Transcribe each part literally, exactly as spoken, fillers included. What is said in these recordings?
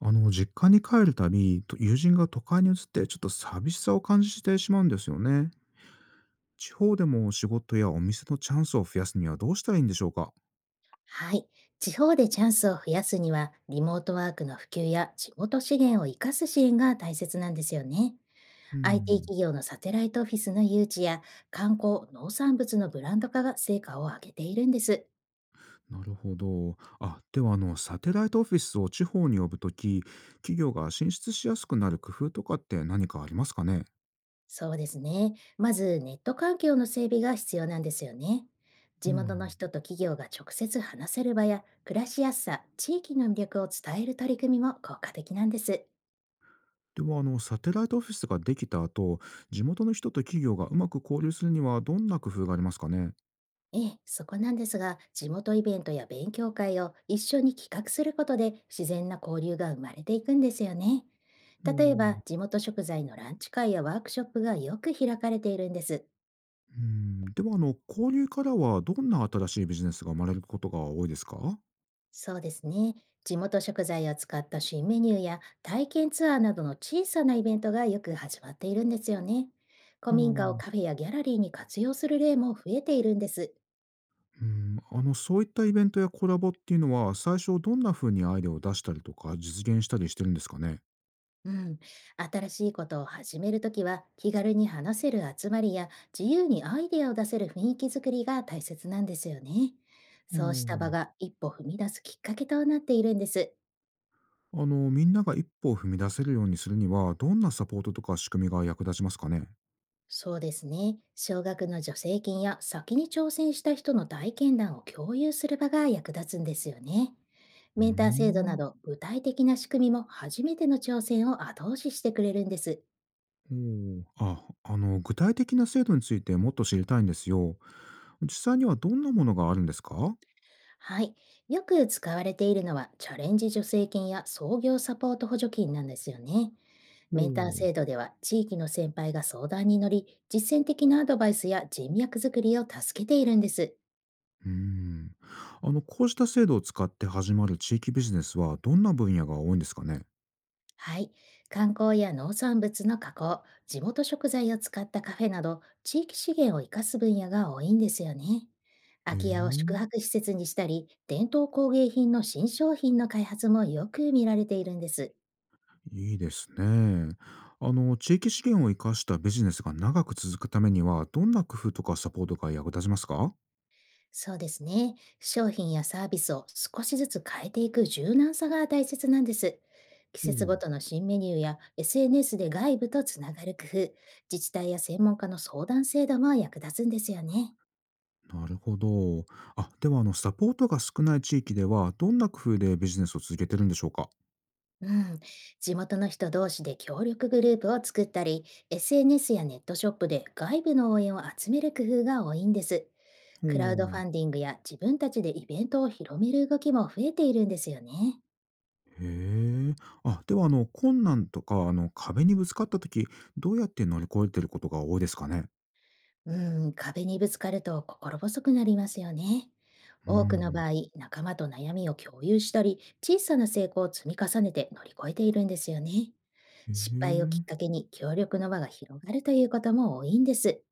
あの、実家に帰るたび、と友人が都会に移ってちょっと寂しさを感じてしまうんですよね。地方でも仕事やお店のチャンスを増やすにはどうしたらいいんでしょうか？はい。地方でチャンスを増やすには、リモートワークの普及や地元資源を生かす支援が大切なんですよね。う アイティー ん、企業のサテライトオフィスの誘致や、観光、農産物のブランド化が成果を上げているんです。なるほど。あ、ではあの、サテライトオフィスを地方に呼ぶとき、企業が進出しやすくなる工夫とかって何かありますかね？そうですね。まず、ネット環境の整備が必要なんですよね。う地元のん。人と企業が直接話せる場や、暮らしやすさ、地域の魅力を伝える取り組みも効果的なんです。ではあの、サテライトオフィスができた後、地元の人と企業がうまく交流するにはどんな工夫がありますかね？ええ、そこなんですが、地元イベントや勉強会を一緒に企画することで自然な交流が生まれていくんですよね。う例えば、ん。地元食材のランチ会やワークショップがよく開かれているんです。うん、ではあの、交流からはどんな新しいビジネスが生まれることが多いですか？そうですね。地元食材を使った新メニューや体験ツアーなどの小さなイベントがよく始まっているんですよね。う古民家ん。をうカフェやギャラリーに活用する例も増えているんです。ん、あの、そういったイベントやコラボっていうのは、最初どんな風にアイデアを出したりとか、実現したりしてるんですかね？うん、新しいことを始めるときは、気軽に話せる集まりや自由にアイデアを出せる雰囲気づくりが大切なんですよね。うそうしたん。場が一歩踏み出すきっかけとなっているんです。あの、みんなが一歩を踏み出せるようにするには、どんなサポートとか仕組みが役立ちますかね？そうですね。少額の助成金や先に挑戦した人の体験談を共有する場が役立つんですよね。うーメンター制度なん、ど具体的な仕組みも、初めての挑戦を後押ししてくれるんです。おお、あ、あの、具体的な制度についてもっと知りたいんですよ。実際にはどんなものがあるんですか？おお。はい。よく使われているのは、チャレンジ助成金や創業サポート補助金なんですよね。メンター制度では、地域の先輩が相談に乗り、実践的なアドバイスや人脈づくりを助けているんです。うーん。あの、こうした制度を使って始まる地域ビジネスは、どんな分野が多いんですかね？はい。観光や農産物の加工、地元食材を使ったカフェなど、地域資源を生かす分野が多いんですよね。へ空き家を宿え、泊施設にしたり、伝統工芸品の新商品の開発もよく見られているんです。いいですね。あの、地域資源を生かしたビジネスが長く続くためには、どんな工夫とかサポートが役立ちますか？そうですね。商品やサービスを少しずつ変えていく柔軟さが大切なんです。季お節う。ごとの新メニューや エスエヌエス で外部とつながる工夫、自治体や専門家の相談制度も役立つんですよね。なるほど。あ、ではあの、サポートが少ない地域では、どんな工夫でビジネスを続けてるんでしょうか？うん。地元の人同士で協力グループを作ったり、エスエヌエス やネットショップで外部の応援を集める工夫が多いんです。おクラウドフう。ァンディングや自分たちでイベントを広める動きも増えているんですよね。へえ。あ、ではあの、困難とか、あの、壁にぶつかった時、どうやって乗り越えてることが多いですかね？うーん、壁にぶつかると心細くなりますよね。う多くのん。場合、仲間と悩みを共有したり、小さな成功を積み重ねて乗り越えているんですよね。へ失敗をきえ。っかけに協力の輪が広がるということも多いんです。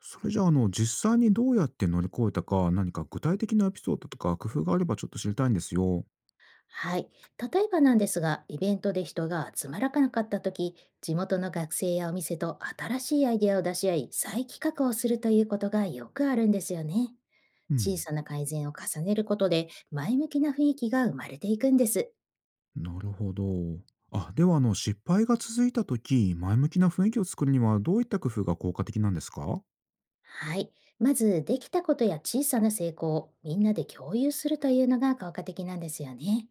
それじゃあ、あの、実際にどうやって乗り越えたか、何か具体的なエピソードとか工夫があればちょっと知りたいんですよ。はい。例えばなんですが、イベントで人が集まらなかったとき、地元の学生やお店と新しいアイデアを出し合い、再企画をするということがよくあるんですよね。う小ん。さな改善を重ねることで、前向きな雰囲気が生まれていくんです。なるほど。あ、ではあの、失敗が続いた時、前向きな雰囲気を作るにはどういった工夫が効果的なんですか？はい。まず、できたことや小さな成功をみんなで共有するというのが効果的なんですよね。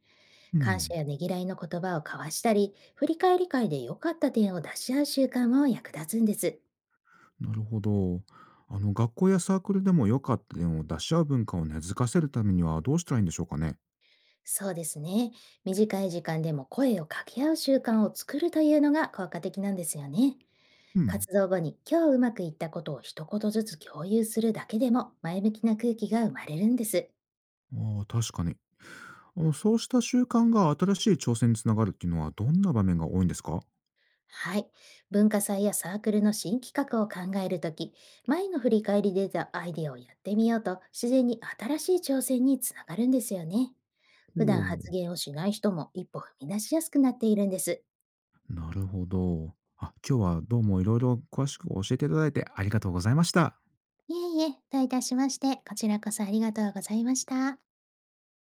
う感謝ん。やねぎらいの言葉を交わしたり、振り返り会で良かった点を出し合う習慣も役立つんです。なるほど。あの、学校やサークルでも良かった点を出し合う文化を根付かせるためにはどうしたらいいんでしょうかね？そうですね。短い時間でも声を掛け合う習慣を作るというのが効果的なんですよね。うん。活動後に、今日うまくいったことを一言ずつ共有するだけでも前向きな空気が生まれるんです。ああ、確かに。あのそうした習慣が新しい挑戦につながるっていうのはどんな場面が多いんですか？ほはい。文化祭やサークルの新企画を考えるとき、前の振り返りで出たアイデアをやってみようと、自然に新しい挑戦につながるんですよね。普段う、発言をしない人も一歩踏み出しやすくなっているんです。なるほど。あ、今日はどうもいろいろ詳しく教えていただいてありがとうございました。いえいえ、どういたしまして、こちらこそありがとうございました。